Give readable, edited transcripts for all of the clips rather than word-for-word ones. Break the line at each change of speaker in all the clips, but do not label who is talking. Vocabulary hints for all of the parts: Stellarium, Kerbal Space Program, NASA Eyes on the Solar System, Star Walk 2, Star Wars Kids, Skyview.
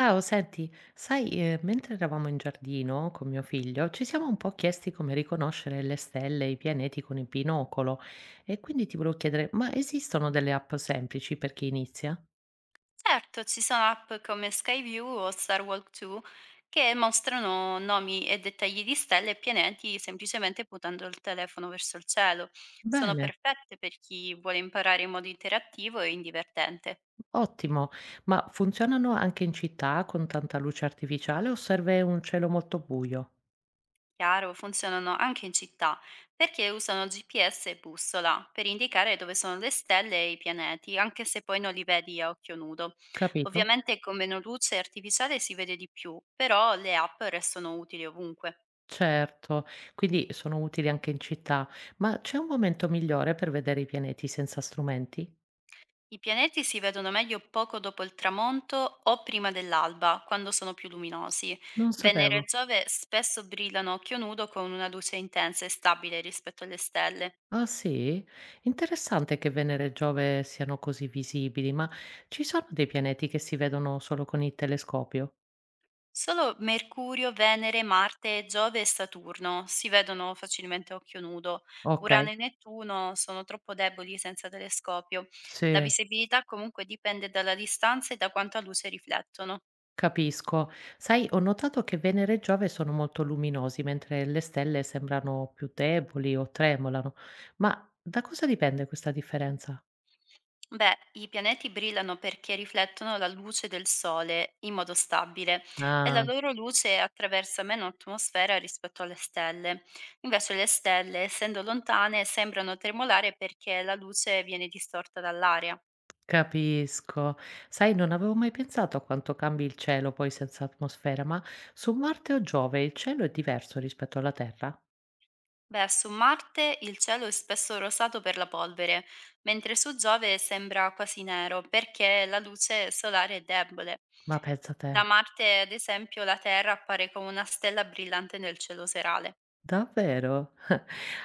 Ciao, senti, sai, mentre eravamo in giardino con mio figlio, ci siamo un po' chiesti come riconoscere le stelle e i pianeti con il binocolo e quindi ti volevo chiedere, ma esistono delle app semplici per chi inizia?
Certo, ci sono app come Skyview o Star Walk 2 che mostrano nomi e dettagli di stelle e pianeti semplicemente puntando il telefono verso il cielo. Sono
Bene,
perfette per chi vuole imparare in modo interattivo e indivertente.
ottimo, ma funzionano anche in città con tanta luce artificiale o serve un cielo molto buio?
Chiaro, funzionano anche in città perché usano GPS e bussola per indicare dove sono le stelle e i pianeti, anche se poi non li vedi a occhio nudo.
Capito?
Ovviamente con meno luce artificiale si vede di più, però le app restano utili ovunque.
Certo, quindi sono utili anche in città, ma c'è un momento migliore per vedere i pianeti senza strumenti?
I pianeti si vedono meglio poco dopo il tramonto o prima dell'alba, quando sono più luminosi.
Non
Venere
sapevo.
e Giove spesso brillano a occhio nudo con una luce intensa e stabile rispetto alle stelle.
Ah sì? Interessante che Venere e Giove siano così visibili, ma ci sono dei pianeti che si vedono solo con il telescopio?
Solo Mercurio, Venere, Marte, Giove e Saturno si vedono facilmente a occhio nudo. Urano
Okay,
e Nettuno sono troppo deboli senza telescopio. La
sì,
visibilità comunque dipende dalla distanza e da quanta luce riflettono.
capisco. Sai, ho notato che Venere e Giove sono molto luminosi, mentre le stelle sembrano più deboli o tremolano. Ma da cosa dipende questa differenza?
Beh, i pianeti brillano perché riflettono la luce del Sole in modo stabile e la
Ah,
loro luce attraversa meno atmosfera rispetto alle stelle. Invece le stelle, essendo lontane, sembrano tremolare perché la luce viene distorta dall'aria.
capisco. Sai, non avevo mai pensato a quanto cambi il cielo poi senza atmosfera, ma su Marte o Giove il cielo è diverso rispetto alla Terra?
Beh, su Marte il cielo è spesso rosato per la polvere, mentre su Giove sembra quasi nero perché la luce solare è debole.
Ma pensa te,
Da Marte, ad esempio, la Terra appare come una stella brillante nel cielo serale.
davvero?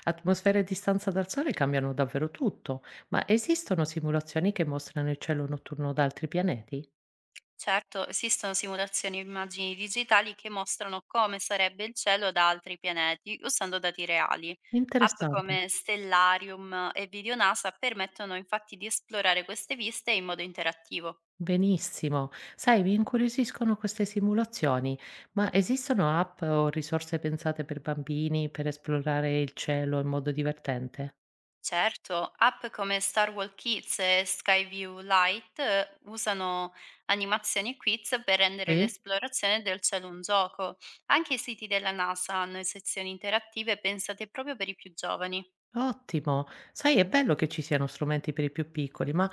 Atmosfere e distanza dal Sole cambiano davvero tutto, ma esistono simulazioni che mostrano il cielo notturno da altri pianeti?
Certo, esistono simulazioni e immagini digitali che mostrano come sarebbe il cielo da altri pianeti usando dati reali. App
Interessante,
come Stellarium e Video NASA permettono infatti di esplorare queste viste in modo interattivo.
benissimo. Sai, mi incuriosiscono queste simulazioni, ma esistono app o risorse pensate per bambini per esplorare il cielo in modo divertente?
Certo, app come Star Wars Kids e Skyview Lite usano animazioni e quiz per rendere
Sì?
l'esplorazione del cielo un gioco. Anche i siti della NASA hanno sezioni interattive pensate proprio per i più giovani.
Ottimo. Sai, è bello che ci siano strumenti per i più piccoli, ma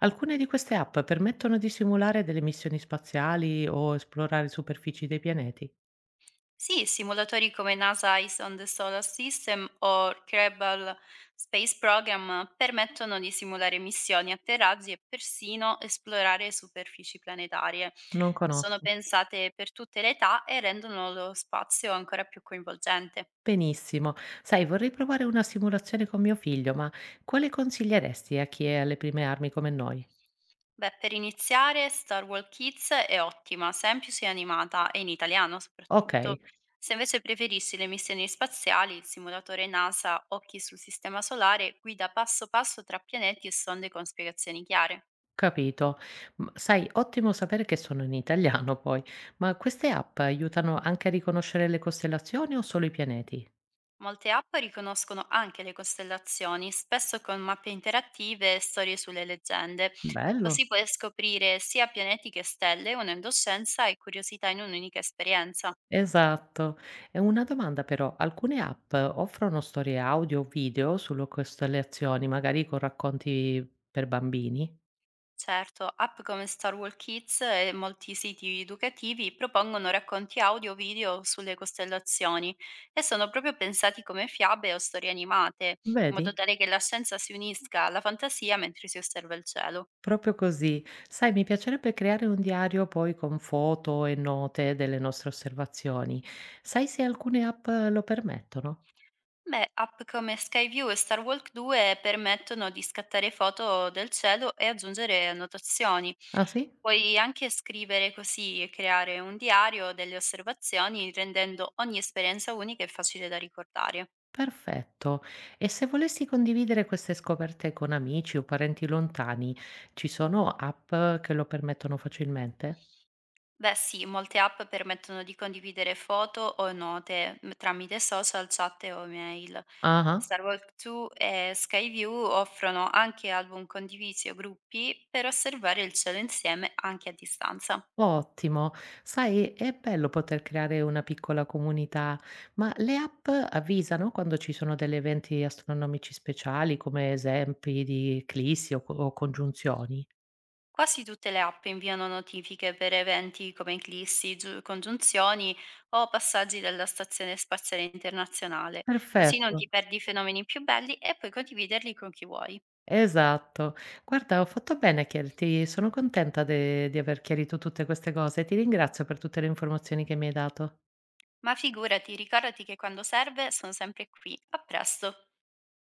alcune di queste app permettono di simulare delle missioni spaziali o esplorare superfici dei pianeti?
Sì, simulatori come NASA Eyes on the Solar System o Kerbal Space Program permettono di simulare missioni, atterraggi e persino esplorare superfici planetarie.
Non
Sono
conosco.
pensate per tutte le età e rendono lo spazio ancora più coinvolgente.
Benissimo. Sai, vorrei provare una simulazione con mio figlio, ma quale consiglieresti a chi è alle prime armi come noi?
Beh, per iniziare Star Wars Kids è ottima, semplice e animata, e in italiano
Ok,
soprattutto. Se invece preferisci le missioni spaziali, il simulatore NASA, Occhi sul Sistema Solare, guida passo passo tra pianeti e sonde con spiegazioni chiare.
capito. Sai, ottimo sapere che sono in italiano poi, ma queste app aiutano anche a riconoscere le costellazioni o solo i pianeti?
Molte app riconoscono anche le costellazioni, spesso con mappe interattive e storie sulle leggende.
Bello.
Così puoi scoprire sia pianeti che stelle, unendo scienza e curiosità in un'unica esperienza.
Esatto. E una domanda però, alcune app offrono storie audio o video sulle costellazioni, magari con racconti per bambini?
Certo, app come Star Wars Kids e molti siti educativi propongono racconti audio o video sulle costellazioni e sono proprio pensati come fiabe o storie animate, in modo
Vedi?
tale che la scienza si unisca alla fantasia mentre si osserva il cielo.
Proprio così. Sai, mi piacerebbe creare un diario poi con foto e note delle nostre osservazioni. Sai se alcune app lo permettono?
Beh, app come Skyview e Star Walk 2 permettono di scattare foto del cielo e aggiungere annotazioni.
Ah sì?
Puoi anche scrivere così e creare un diario delle osservazioni, rendendo ogni esperienza unica e facile da ricordare.
Perfetto. E se volessi condividere queste scoperte con amici o parenti lontani, ci sono app che lo permettono facilmente?
Beh sì, molte app permettono di condividere foto o note m- tramite social, chat o email.
Ah. ah.
Starwalk 2 e Skyview offrono anche album condivisi o gruppi per osservare il cielo insieme anche a distanza.
Ottimo. Sai, è bello poter creare una piccola comunità, ma le app avvisano quando ci sono degli eventi astronomici speciali, come esempi di eclissi o congiunzioni?
Quasi tutte le app inviano notifiche per eventi come eclissi, giu- congiunzioni o passaggi della Stazione Spaziale Internazionale, così non
Perfetto,
ti perdi i fenomeni più belli e puoi condividerli con chi vuoi.
esatto. Guarda, ho fatto bene a chiederti, sono contenta di aver chiarito tutte queste cose. Ti ringrazio per tutte le informazioni che mi hai dato.
Ma figurati, ricordati che quando serve sono sempre qui. A presto!